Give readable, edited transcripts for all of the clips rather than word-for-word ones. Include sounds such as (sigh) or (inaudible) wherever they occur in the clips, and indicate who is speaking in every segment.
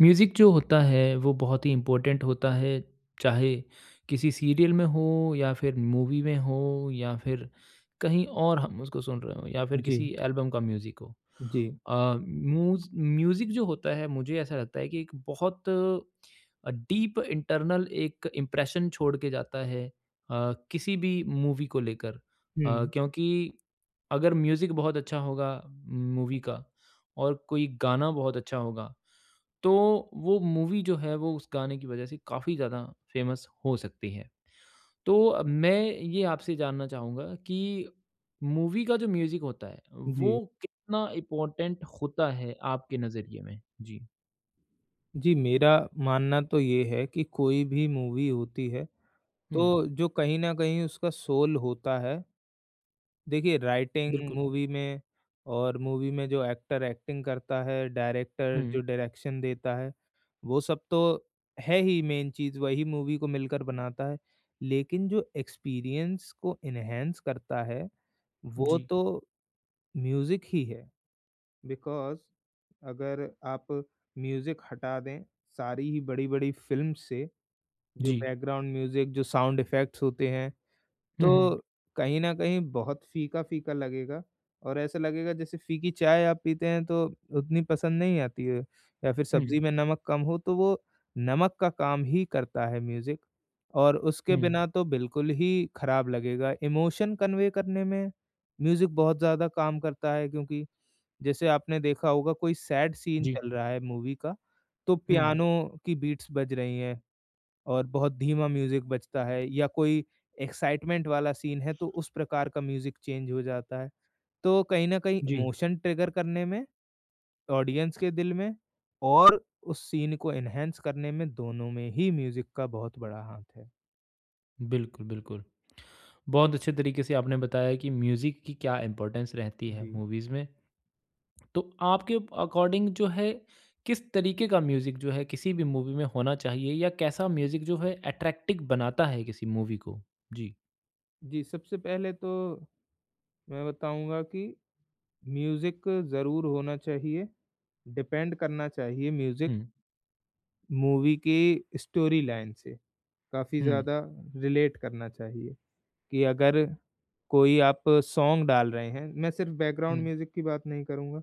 Speaker 1: Music जो होता है वो बहुत ही इम्पोर्टेंट होता है, चाहे किसी सीरियल में हो या फिर मूवी में हो या फिर कहीं और हम उसको सुन रहे हो या फिर
Speaker 2: जी,
Speaker 1: किसी एल्बम का म्यूज़िक हो।
Speaker 2: जी।
Speaker 1: अ, म्यूज़िक जो होता है मुझे ऐसा लगता है कि एक बहुत डीप इंटरनल एक इम्प्रेशन छोड़ के जाता है किसी भी मूवी को लेकर।
Speaker 2: हुँ।
Speaker 1: क्योंकि अगर म्यूज़िक बहुत अच्छा होगा मूवी का और कोई गाना बहुत अच्छा होगा तो वो मूवी जो है वो उस गाने की वज़ह से काफ़ी ज़्यादा फ़ेमस हो सकती है। तो मैं ये आपसे जानना चाहूँगा कि मूवी का जो म्यूज़िक होता है
Speaker 2: जी।
Speaker 1: वो कितना इम्पोर्टेंट होता है आपके नज़रिए में? जी।
Speaker 2: जी, मेरा मानना तो ये है कि कोई भी मूवी होती है,
Speaker 1: हुँ,
Speaker 2: तो जो कहीं न कहीं उसका सोल होता है, देखिए राइटिंग
Speaker 1: बिल्कुल।
Speaker 2: मूवी में और मूवी में जो एक्टर एक्टिंग करता है, डायरेक्टर जो
Speaker 1: हुँ,
Speaker 2: डायरेक्शन देता है, वो सब तो है ही मेन चीज़, वही मूवी को मिलकर बनाता है। लेकिन जो एक्सपीरियंस को एनहांस करता है, वो
Speaker 1: जी,
Speaker 2: तो म्यूज़िक ही है। बिकॉज़ अगर आप म्यूज़िक हटा दें सारी ही बड़ी-बड़ी फ़िल्म से, जो
Speaker 1: जी।
Speaker 2: बैकग्राउंड म्यूज़िक, जो साउंड इफ़ेक्ट्स होते हैं,
Speaker 1: हुँ, हुँ,
Speaker 2: तो कहीं न कहीं बहुत फ़ीका-फ़ीका लगेगा और ऐसा लगेगा जैसे फ़ीकी चाय आप पीते हैं तो उतनी पसंद नहीं आती है या फिर
Speaker 1: हुँ,
Speaker 2: सब्ज़ी में नमक कम हो तो वो नमक का काम ही करता है म्यूज़िक और उसके
Speaker 1: हुँ,
Speaker 2: बिना तो बिल्कुल ही खराब लगेगा। इमोशन कन्वे करने में म्यूज़िक बहुत ज़्यादा काम करता है क्योंकि जैसे आपने देखा होगा कोई सैड सीन
Speaker 1: जी,
Speaker 2: चल रहा है मूवी का, तो
Speaker 1: हुँ,
Speaker 2: पियानो की बीट्स बज रही हैं और बहुत धीमा म्यूज़िक बजता है या कोई एक्साइटमेंट वाला सीन है, तो उस प्रकार का म्यूज़िक चेंज हो जाता है। तो कहीं न कहीं
Speaker 1: जी।
Speaker 2: इमोशन ट्रिगर करने में, ऑडियंस के दिल में और उस सीन को एनहांस करने में, दोनों में ही म्यूज़िक का बहुत बड़ा हाथ है।
Speaker 1: बिल्कुल, बिल्कुल। बहुत अच्छे तरीके से आपने बताया कि म्यूज़िक की क्या इम्पोर्टेंस रहती है
Speaker 2: जी।
Speaker 1: मूवीज़ में। तो आपके अकॉर्डिंग जो है किस तरीके का म्यूज़िक जो है किसी भी मूवी में होना चाहिए या कैसा म्यूज़िक जो है अट्रैक्टिव बनाता है किसी मूवी को? जी।
Speaker 2: जी, सबसे पहले तो मैं बताऊँगा कि म्यूज़िक ज़रूर होना चाहिए, डिपेंड करना चाहिए म्यूज़िक
Speaker 1: हुँ,
Speaker 2: मूवी के स्टोरी लाइन से काफ़ी
Speaker 1: हुँ,
Speaker 2: ज़्यादा रिलेट करना चाहिए कि अगर कोई आप सॉन्ग डाल रहे हैं, मैं सिर्फ़
Speaker 1: हुँ,
Speaker 2: बैकग्राउंड म्यूज़िक की बात नहीं करूँगा,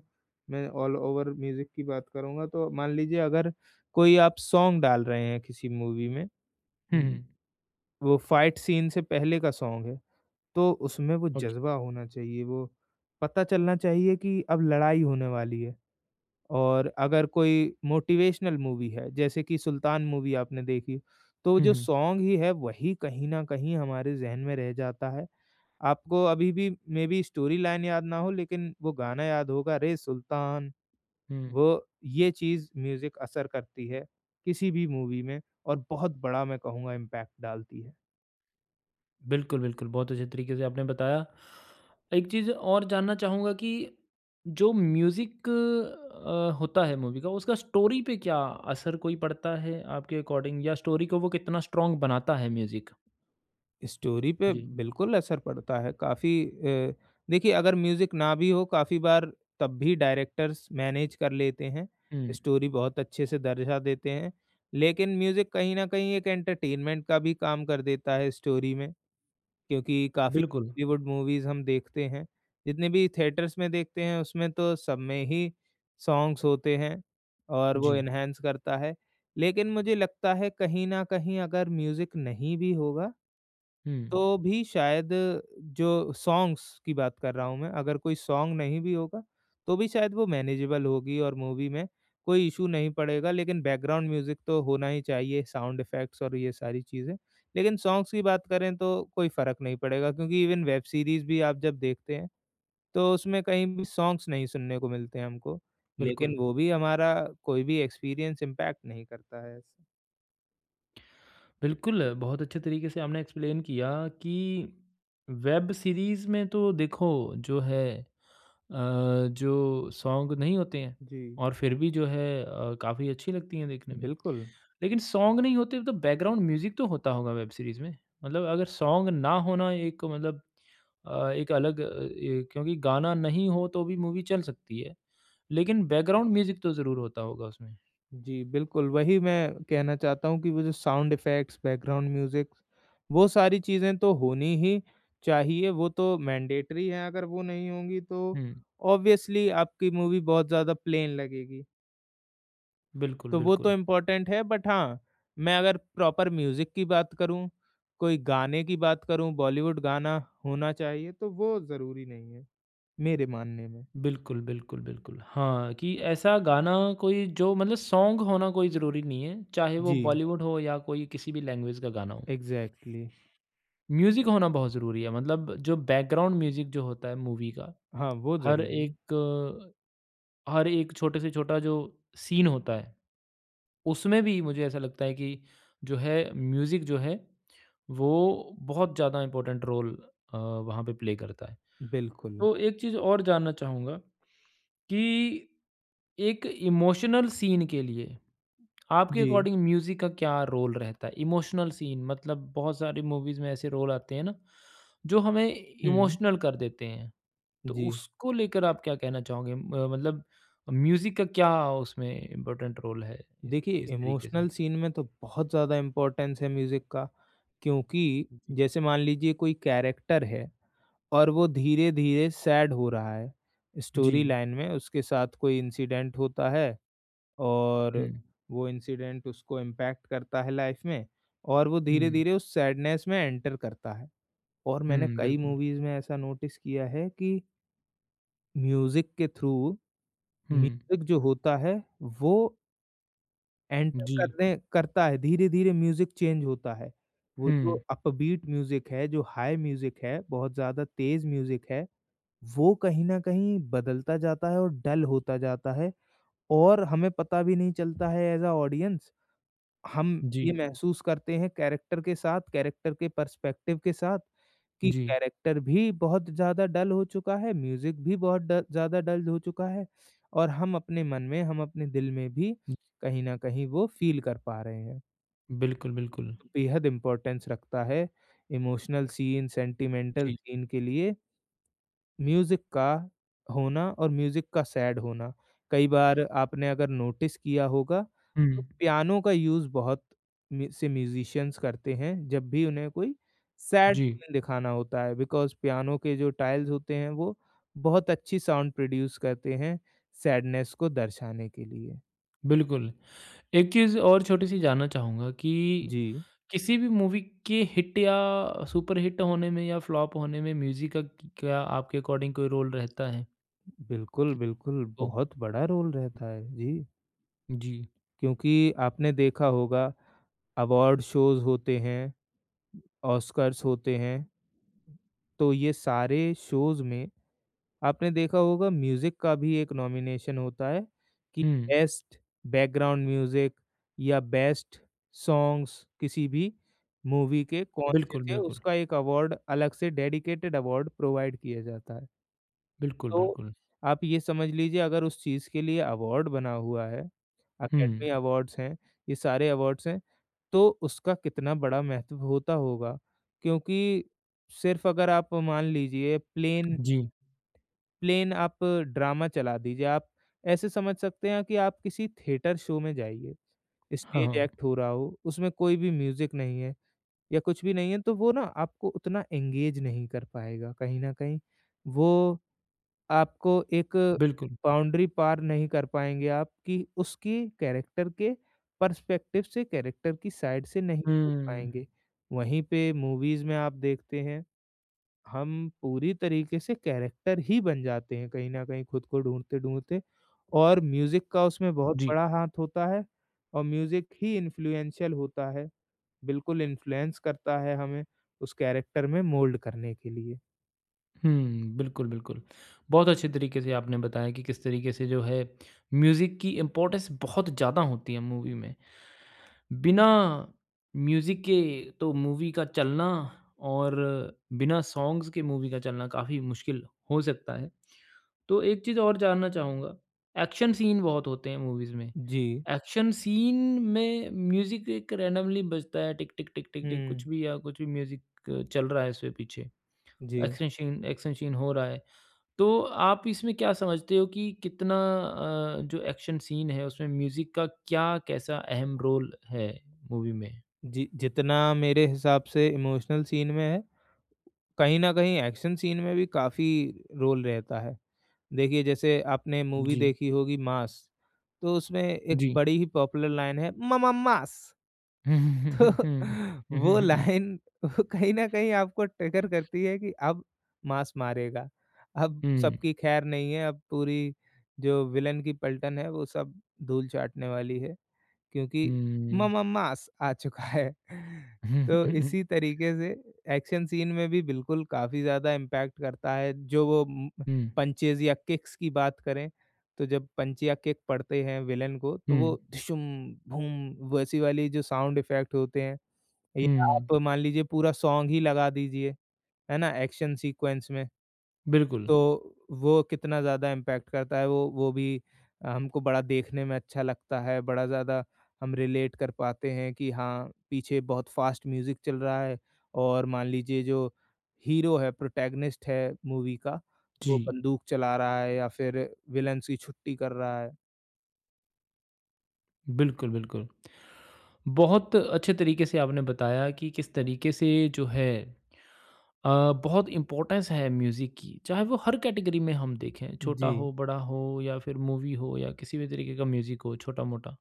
Speaker 2: मैं ऑल ओवर म्यूज़िक की बात करूँगा। तो मान लीजिए अगर कोई आप सॉन्ग डाल रहे हैं किसी मूवी में
Speaker 1: हुँ,
Speaker 2: उम,
Speaker 1: हुँ,
Speaker 2: वो फाइट सीन से पहले का सॉन्ग है, तो उसमें वो
Speaker 1: ओके।
Speaker 2: जज़्बा होना चाहिए, वो पता चलना चाहिए कि अब लड़ाई होने वाली है। और अगर कोई मोटिवेशनल मूवी है, जैसे कि सुल्तान मूवी आपने देखी, तो
Speaker 1: हुँ,
Speaker 2: जो
Speaker 1: हुँ,
Speaker 2: सॉन्ग ही है वही कहीं न कहीं हमारे ज़हन में रह जाता है। आपको अभी भी मेबी स्टोरी लाइन याद ना हो लेकिन वो गाना याद होगा रे सुल्तान,
Speaker 1: हुँ।
Speaker 2: वो ये चीज़ म्यूज़िक असर करती है, किसी भी मूवी में और बहुत बड़ा मैं कहूँगा इम्पैक्ट डालती है।
Speaker 1: बिल्कुल, बिल्कुल, बहुत अच्छे तरीके से आपने बताया। एक चीज़ और जानना चाहूँगा कि जो म्यूज़िक होता है मूवी का उसका स्टोरी पे क्या असर कोई पड़ता है आपके अकॉर्डिंग या स्टोरी को वो कितना स्ट्रॉन्ग बनाता है म्यूज़िक?
Speaker 2: स्टोरी पे
Speaker 1: जी।
Speaker 2: बिल्कुल असर पड़ता है काफ़ी देखिए अगर म्यूज़िक ना भी हो काफ़ी बार तब भी डायरेक्टर्स मैनेज कर लेते हैं,
Speaker 1: हुँ,
Speaker 2: स्टोरी बहुत अच्छे से दर्जा देते हैं। लेकिन म्यूज़िक कहीं न कहीं एक एंटरटेनमेंट का भी काम कर देता है स्टोरी में क्योंकि काफ़ी
Speaker 1: बिल्कुल।
Speaker 2: बॉलीवुड मूवीज़ हम देखते हैं, जितने भी थिएटर्स में देखते हैं उसमें तो सब में ही सॉन्ग्स होते हैं और वो
Speaker 1: जी।
Speaker 2: एनहांस करता है। लेकिन मुझे लगता है कहीं न कहीं अगर म्यूज़िक नहीं भी होगा
Speaker 1: हुँ,
Speaker 2: तो भी शायद जो सॉन्ग्स की बात कर रहा हूँ मैं, अगर कोई सॉन्ग नहीं भी होगा, तो भी शायद वो मैनेजेबल होगी और मूवी में कोई इश्यू नहीं पड़ेगा। लेकिन बैकग्राउंड म्यूज़िक तो होना ही चाहिए, साउंड इफ़ेक्ट्स और ये सारी चीज़ें। लेकिन सॉन्ग्स की बात करें तो कोई फ़र्क नहीं पड़ेगा क्योंकि इवन वेब सीरीज़ भी आप जब देखते हैं, तो उसमें कहीं भी सॉन्ग्स नहीं सुनने को मिलते हैं हमको। लेकिन
Speaker 1: बिल्कुल।
Speaker 2: वो भी हमारा कोई भी एक्सपीरियंस इम्पैक्ट नहीं करता है। ऐसे।
Speaker 1: बिल्कुल, बहुत अच्छे तरीके से आपने एक्सप्लेन किया कि वेब सीरीज़ में तो देखो जो है, अ, जो सॉन्ग नहीं होते हैं
Speaker 2: जी,
Speaker 1: और फिर भी जो है काफ़ी अच्छी लगती हैं देखने में।
Speaker 2: बिल्कुल।
Speaker 1: लेकिन सॉन्ग नहीं होते तो बैकग्राउंड म्यूज़िक तो होता होगा वेब सीरीज़ में? मतलब अगर सॉन्ग ना होना एक मतलब एक अलग ए क्योंकि गाना नहीं हो तो भी मूवी चल सकती है, लेकिन बैकग्राउंड म्यूज़िक तो ज़रूर होता होगा उसमें।
Speaker 2: जी, बिल्कुल, वही मैं कहना चाहता हूँ कि वो जो साउंड इफ़ेक्ट्स, बैकग्राउंड म्यूज़िक, वो सारी चीज़ें तो होनी ही चाहिए, वो तो मैंडेटरी हैं, अगर वो नहीं होंगी तो
Speaker 1: हुँ,
Speaker 2: ऑब्वियसली आपकी मूवी बहुत ज़्यादा प्लेन लगेगी,
Speaker 1: बिल्कुल,
Speaker 2: तो वो तो
Speaker 1: बिल्कुल।
Speaker 2: इम्पोर्टेंट है बट हाँ, मैं अगर प्रॉपर म्यूज़िक की बात करूँ, कोई गाने की बात करूँ, बॉलीवुड गाना होना चाहिए, तो वो ज़रूरी नहीं है, मेरे मानने में।
Speaker 1: बिल्कुल, बिल्कुल, बिल्कुल। हाँ, कि ऐसा गाना कोई जो मतलब सॉन्ग होना कोई ज़रूरी नहीं है, चाहे वो
Speaker 2: जी,
Speaker 1: बॉलीवुड हो या कोई किसी भी लैंग्वेज का गाना हो।
Speaker 2: एग्ज़ैक्टली।
Speaker 1: म्यूज़िक होना बहुत ज़रूरी है, मतलब जो बैकग्राउंड म्यूज़िक जो होता है मूवी का,
Speaker 2: हाँ, वो
Speaker 1: हर
Speaker 2: ज़रूरी है।
Speaker 1: एक हर एक छोटे से छोटा जो सीन होता है, उसमें भी मुझे ऐसा लगता है कि जो है म्यूज़िक जो है, वो बहुत ज़्यादा इम्पोर्टेंट रोल वहाँ पे प्ले करता है।
Speaker 2: बिल्कुल।
Speaker 1: तो एक चीज़ और जानना चाहूँगा कि एक इमोशनल सीन के लिए आपके
Speaker 2: जी।
Speaker 1: अकॉर्डिंग म्यूज़िक का क्या रोल रहता है? इमोशनल सीन मतलब बहुत सारी मूवीज़ में ऐसे रोल आते हैं ना, जो हमें
Speaker 2: हुँ,
Speaker 1: इमोशनल कर देते हैं। तो
Speaker 2: जी।
Speaker 1: उसको लेकर आप क्या कहना चाहोगे? म मतलब म्यूज़िक का क्या उसमें इम्पोर्टेंट रोल है इस
Speaker 2: देखिए
Speaker 1: इस तरीके से?
Speaker 2: इमोशनल सीन में तो बहुत ज़्यादा इम्पोर्टेंस है म्यूज़िक का क्योंकि
Speaker 1: जी।
Speaker 2: जैसे मान लीजिए कोई कैरेक्टर है और वो धीरे धीरे सैड हो रहा है
Speaker 1: जी।
Speaker 2: स्टोरी लाइन में उसके साथ कोई इंसिडेंट होता है
Speaker 1: हुँ,
Speaker 2: और वो इंसिडेंट उसको इम्पैक्ट करता है लाइफ में और वो धीरे
Speaker 1: हुँ,
Speaker 2: धीरे उस सैडनेस में एंटर करता है और मैंने
Speaker 1: हुँ,
Speaker 2: कई
Speaker 1: बिल्कुल।
Speaker 2: मूवीज़ में ऐसा नोटिस किया है कि म्यूज़िक के थ्रू
Speaker 1: हुँ,
Speaker 2: म्यूजिक जो होता है वो एंटर
Speaker 1: जी।
Speaker 2: करने करता है, धीरे-धीरे म्यूज़िक चेंज होता है। वो जो
Speaker 1: हुँ,
Speaker 2: अपबीट म्यूज़िक है, जो हाई म्यूज़िक है, बहुत ज़्यादा तेज़ म्यूज़िक है, वो कहीं न कहीं बदलता जाता है और डल होता जाता है और हमें पता भी नहीं चलता है एज़ अ ऑडियंस। हम
Speaker 1: जी,
Speaker 2: ये महसूस करते हैं कैरेक्टर के साथ, कैरेक्टर के पर्सपेक्टिव के साथ कि
Speaker 1: जी।
Speaker 2: कैरेक्टर भी बहुत ज़्यादा डल हो चुका है, म्यूज़िक भी बहुत ड ज़्यादा डल हो चुका है और हम अपने मन में, हम अपने दिल में भी कहीं न कहीं वो फ़ील कर पा रहे हैं।
Speaker 1: बिल्कुल, बिल्कुल।
Speaker 2: तो बेहद इम्पोर्टेंस रखता है इमोशनल सीन, सेंटिमेंटल
Speaker 1: जी।
Speaker 2: सीन के लिए म्यूज़िक का होना और म्यूज़िक का सैड होना। कई बार आपने अगर नोटिस किया होगा
Speaker 1: हुँ,
Speaker 2: तो पियानो का यूज़ बहुत म्यूज़िशियंस करते हैं जब भी उन्हें कोई सैड
Speaker 1: जी,
Speaker 2: सीन दिखाना होता है बिकॉज़ पियानो के जो टाइल्स होते हैं वो बहुत अच्छी साउंड प्रोड्यूस करते हैं सैडनेस को दर्शाने के लिए।
Speaker 1: बिल्कुल। एक चीज़ और छोटी-सी जानना चाहूँगा कि
Speaker 2: जी,
Speaker 1: किसी भी मूवी के हिट या सुपरहिट होने में या फ्लॉप होने में म्यूज़िक का क क्या आपके अकॉर्डिंग कोई रोल रहता है?
Speaker 2: बिल्कुल, बिल्कुल
Speaker 1: तो
Speaker 2: बहुत बड़ा रोल रहता है। जी,
Speaker 1: जी।
Speaker 2: क्योंकि आपने देखा होगा अवार्ड शोज़ होते हैं ऑस्कर्स होते हैं। तो ये सारे शोज़ में आपने देखा होगा म्यूज़िक का भी एक नॉमिनेशन होता है कि
Speaker 1: हुँ।
Speaker 2: बेस्ट बैकग्राउंड म्यूज़िक या बेस्ट सॉन्ग्स किसी भी मूवी के कौन से
Speaker 1: बिल्कुल,
Speaker 2: थे,
Speaker 1: बिल्कुल।
Speaker 2: उसका एक अवार्ड अलग से डेडिकेटेड अवार्ड प्रोवाइड किया जाता है।
Speaker 1: बिल्कुल,
Speaker 2: तो
Speaker 1: बिल्कुल।
Speaker 2: आप ये समझ लीजिए अगर उस चीज़ के लिए अवार्ड बना हुआ है,
Speaker 1: हुँ।
Speaker 2: अकेडमी अवार्ड्स हैं, ये सारे अवार्ड्स हैं तो उसका कितना बड़ा महत्व होता होगा क्योंकि सिर्फ अगर आप मान लीजिए प्लेन
Speaker 1: जी।
Speaker 2: प्लेन आप ड्रामा चला दीजिए आप ऐसे समझ सकते हैं कि आप किसी थिएटर शो में जाइए
Speaker 1: हाँ,
Speaker 2: स्टेज
Speaker 1: हाँ।
Speaker 2: एक्ट हो रहा हो उसमें कोई भी म्यूजिक नहीं है या कुछ भी नहीं है तो वो ना आपको उतना एंगेज नहीं कर पाएगा कहीं ना कहीं वो आपको एक
Speaker 1: बिल्कुल।
Speaker 2: बाउंड्री पार नहीं कर पाएँगे आप कि उसकी कैरेक्टर के पर्सपेक्टिव से, कैरेक्टर की साइड से नहीं सोच
Speaker 1: हुँ।
Speaker 2: पाएँगे। वहीं पे मूवीज़ में आप देखते हैं, हम पूरी तरीके से कैरेक्टर ही बन जाते हैं कहीं न कहीं खुद को ढूँढते-ढूँढते और म्यूज़िक का उसमें बहुत
Speaker 1: जी।
Speaker 2: बड़ा हाथ होता है और म्यूज़िक ही इन्फ्लुएंशियल होता है, बिल्कुल इन्फ्लुएंस करता है हमें उस कैरेक्टर में मोल्ड करने के लिए।
Speaker 1: हुँ, बिल्कुल, बिल्कुल। बहुत अच्छे तरीके से आपने बताया कि किस तरीके से जो है म्यूज़िक की इम्पोर्टेंस बहुत ज़्यादा होती है मूवी में। बिना म्यूज़िक के तो मूवी का चलना और बिना सॉन्ग्स के मूवी का चलना काफ़ी मुश्किल हो सकता है। तो एक चीज़ और जानना चाहूँगा, एक्शन सीन बहुत होते हैं मूवीज़ में।
Speaker 2: जी।
Speaker 1: एक्शन सीन में म्यूज़िक एक रैंडमली बजता है टिक, टिक, टिक, टिक, टिक कुछ
Speaker 2: हुँ,
Speaker 1: भी या कुछ भी म्यूज़िक चल रहा है इसके पीछे।
Speaker 2: जी।
Speaker 1: एक्शन एक्शन सीन हो रहा है। तो आप इसमें क्या समझते हो कि कितना जो एक्शन सीन है उसमें म्यूज़िक का क्या कैसा अहम रोल है मूवी में?
Speaker 2: जि जितना मेरे हिसाब से इमोशनल सीन में है, कहीं न कहीं एक्शन सीन में भी काफ़ी रोल रहता है। देखिए जैसे आपने मूवी
Speaker 1: जी,
Speaker 2: देखी होगी मास, तो उसमें एक
Speaker 1: जी।
Speaker 2: बड़ी ही पॉपुलर लाइन है ममा मास
Speaker 1: (laughs) हुँ, हुँ,
Speaker 2: तो
Speaker 1: हुँ, हुँ, हुँ।
Speaker 2: (laughs)
Speaker 1: हुँ, हुँ,
Speaker 2: वो
Speaker 1: हुँ, हुँ।
Speaker 2: लाइन वो कहीं न कहीं आपको ट्रिगर करती है कि अब मास मारेगा। अब सबकी खैर नहीं है, अब पूरी जो विलेन की पलटन है वो सब धूल चाटने वाली है। क्योंकि ममम्मास आ चुका है। (laughs)
Speaker 1: हुँ,
Speaker 2: तो
Speaker 1: हुँ।
Speaker 2: इसी तरीके से एक्शन सीन में भी बिल्कुल काफ़ी ज़्यादा इम्पैक्ट करता है, जो वो
Speaker 1: हुँ,
Speaker 2: पंचेज़ या किक्स की बात करें, तो जब पंच या किक पड़ते हैं विलेन को, तो वो
Speaker 1: हुँ,
Speaker 2: धुशुम, भूम वैसी वाली जो साउंड इफ़ेक्ट होते हैं, या
Speaker 1: हुँ।
Speaker 2: आप मान लीजिए पूरा सॉन्ग ही लगा दीजिए, है ना? एक्शन सीक्वेंस में।
Speaker 1: बिल्कुल।
Speaker 2: तो वो कितना ज़्यादा इम्पैक्ट करता है वो हमको बड़ा देखने में अच्छा लगता है, बड़ा ज़्यादा हम रिलेट कर पाते हैं कि हाँ, पीछे बहुत फ़ास्ट म्यूज़िक चल रहा है और मान लीजिए जो हीरो है, प्रोटैगनिस्ट है मूवी का,
Speaker 1: जी,
Speaker 2: वो बंदूक चला रहा है या फिर विलेन्स की छुट्टी कर रहा है।
Speaker 1: बिल्कुल, बिल्कुल। बहुत अच्छे तरीके से आपने बताया कि किस तरीके से जो है अ, बहुत इम्पोर्टेंस है म्यूज़िक की, चाहे वो हर कैटेगरी में हम देखें, छोटा
Speaker 2: जी,
Speaker 1: हो, बड़ा हो या फिर मूवी हो या किसी भी तरीके का म्यूज़िक हो छोटा-मोटा।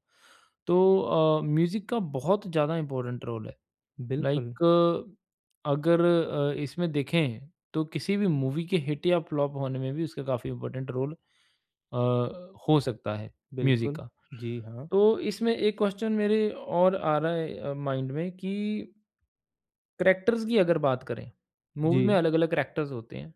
Speaker 1: तो म्यूज़िक का बहुत ज़्यादा इम्पोर्टेंट रोल है।
Speaker 2: बिल्कुल,
Speaker 1: लाइक अगर इसमें देखें तो किसी भी मूवी के हिट या फ्लॉप होने में भी उसका काफ़ी इम्पोर्टेंट रोल अ, हो सकता है म्यूज़िक
Speaker 2: बिल्कुल।
Speaker 1: का।
Speaker 2: जी, हाँ।
Speaker 1: तो इसमें एक क्वेश्चन मेरे और आ रहा है माइंड में कि करैक्टर्स की अगर बात करें, मूवी में
Speaker 2: जी,
Speaker 1: अलग-अलग करैक्टर्स होते हैं।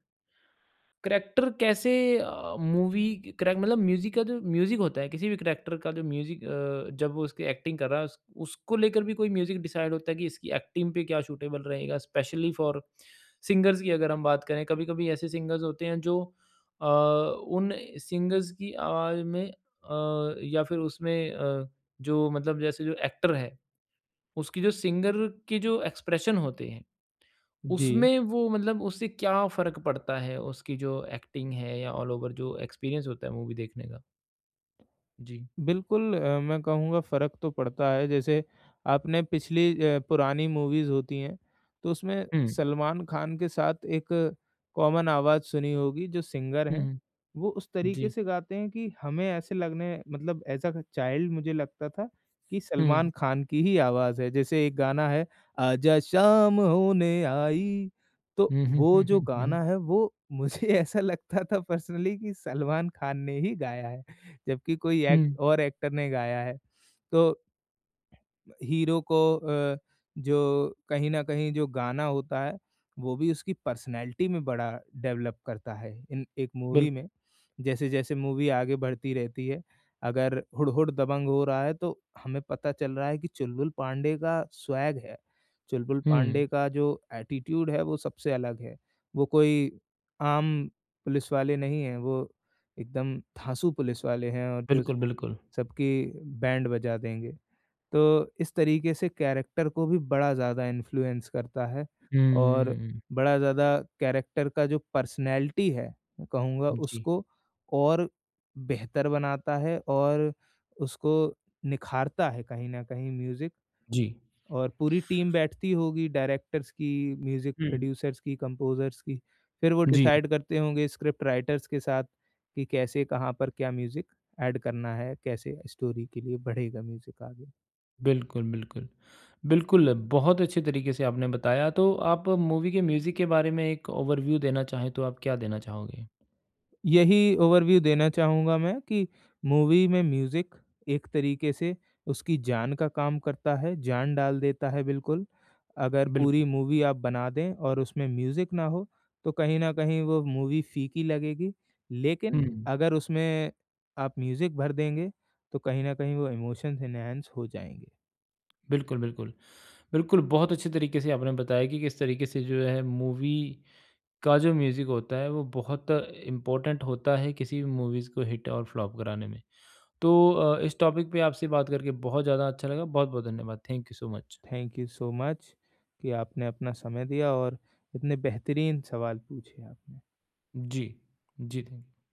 Speaker 1: करैक्टर कैसे मूवी करैक मतलब म्यूज़िक का जो म्यूज़िक होता है, किसी भी करैक्टर का जो म्यूज़िक जब वो उसकी एक्टिंग कर रहा है, उस उसको लेकर भी कोई म्यूज़िक डिसाइड होता है कि इसकी एक्टिंग पे क्या सूटेबल रहेगा, स्पेशली फॉर सिंगर्स की अगर हम बात करें। कभी-कभी ऐसे सिंगर्स होते हैं जो अ, उन सिंगर्स की आवाज़ में या फिर उसमें जो मतलब जैसे जो एक्टर है, उसकी जो सिंगर के जो एक्सप्रेशन होते हैं
Speaker 2: जी।
Speaker 1: उसमें वो मतलब उससे क्या फ़र्क पड़ता है? उसकी जो एक्टिंग है या ऑल ओवर जो एक्सपीरियंस होता है मूवी देखने का? जी।
Speaker 2: बिल्कुल मैं कहूँगा फ़र्क तो पड़ता है, जैसे आपने पिछली पुरानी मूवीज़ होती हैं, तो उसमें
Speaker 1: हुँ।
Speaker 2: सलमान खान के साथ एक कॉमन आवाज़ सुनी होगी, जो सिंगर
Speaker 1: हुँ,
Speaker 2: हैं,
Speaker 1: हुँ।
Speaker 2: वो उस तरीके
Speaker 1: जी।
Speaker 2: से गाते हैं कि हमें ऐसे लगने मतलब एज़ अ चाइल्ड मुझे लगता था कि सलमान
Speaker 1: हुँ।
Speaker 2: खान की ही आवाज़ है। जैसे एक गाना है, आजा शाम होने आई, तो
Speaker 1: हुँ, हुँ,
Speaker 2: वो
Speaker 1: हुँ,
Speaker 2: जो
Speaker 1: हुँ, हुँ,
Speaker 2: गाना है, वो मुझे (laughs) ऐसा लगता था पर्सनली कि सलमान खान ने ही गाया है। जबकि कोई एक्ट
Speaker 1: हुँ,
Speaker 2: और एक्टर ने गाया है। तो हीरो को जो कहीं न कहीं जो गाना होता है, वो भी उसकी पर्सनैलिटी में बड़ा डेवलप करता है इन एक मूवी
Speaker 1: बिल्क
Speaker 2: में। जैसे-जैसे मूवी आगे बढ़ती रहती है, अगर हुडहुड दबंग हो रहा है तो हमें पता चल रहा है कि चुलबुल पांडे का स्वैग है। चुलबुल
Speaker 1: हुँ,
Speaker 2: पांडे का जो एटीट्यूड है वो सबसे अलग है। वो कोई आम पुलिस वाले नहीं हैं, वो एकदम धाँसू पुलिस वाले हैं और जो
Speaker 1: बिल्कुल, बिल्कुल।
Speaker 2: सबकी बैंड बजा देंगे। तो इस तरीके से कैरेक्टर को भी बड़ा ज़्यादा इन्फ्लुएंस करता है और
Speaker 1: हुँ,
Speaker 2: बड़ा ज़्यादा कैरेक्टर का जो पर्सनैलिटी है, मैं कहूँगा
Speaker 1: जी,
Speaker 2: उसको और बेहतर बनाता है और उसको निखारता है कहीं न कहीं म्यूज़िक।
Speaker 1: जी।
Speaker 2: और पूरी टीम बैठती होगी डायरेक्टर्स की, म्यूज़िक
Speaker 1: हुँ,
Speaker 2: प्रोड्यूसर्स की, कंपोज़र्स की, फिर वो
Speaker 1: जी,
Speaker 2: डिसाइड करते होंगे स्क्रिप्ट राइटर्स के साथ कि कैसे, कहाँ पर क्या म्यूज़िक ऐड करना है, कैसे स्टोरी के लिए बढ़ेगा म्यूज़िक आगे।
Speaker 1: बिल्कुल, बिल्कुल। बिल्कुल, बहुत अच्छे तरीके से आपने बताया, तो आप मूवी के म्यूज़िक के बारे में एक ओवरव्यू देना चाहें, तो आप क्या देना चाहोगे?
Speaker 2: यही ओवरव्यू देना चाहूँगा मैं कि मूवी में म्यूज़िक एक तरीके से उसकी जान का काम करता है, जान डाल देता है बिल्कुल। अगर पूरी
Speaker 1: बिल्कुल।
Speaker 2: मूवी आप बना दें और उसमें म्यूज़िक ना हो, तो कहीं न कहीं वो मूवी फीकी लगेगी। लेकिन
Speaker 1: हुँ।
Speaker 2: अगर उसमें आप म्यूज़िक भर देंगे, तो कहीं न कहीं वो इमोशंस एनहांस हो जाएँगे।
Speaker 1: बिल्कुल, बिल्कुल। बिल्कुल, बहुत अच्छे तरीके से आपने बताया कि किस तरीके से जो है मूवी का जो म्यूज़िक होता है वो बहुत इम्पोर्टेंट होता है किसी भी मूवीज़ को हिट और फ्लॉप कराने में। तो इस टॉपिक पे आपसे बात करके बहुत ज़्यादा अच्छा लगा। बहुत-बहुत धन्यवाद। Thank you so much.
Speaker 2: Thank you so much कि आपने अपना समय दिया और इतने बेहतरीन सवाल पूछे आपने।
Speaker 1: जी। जी, थैंक यू।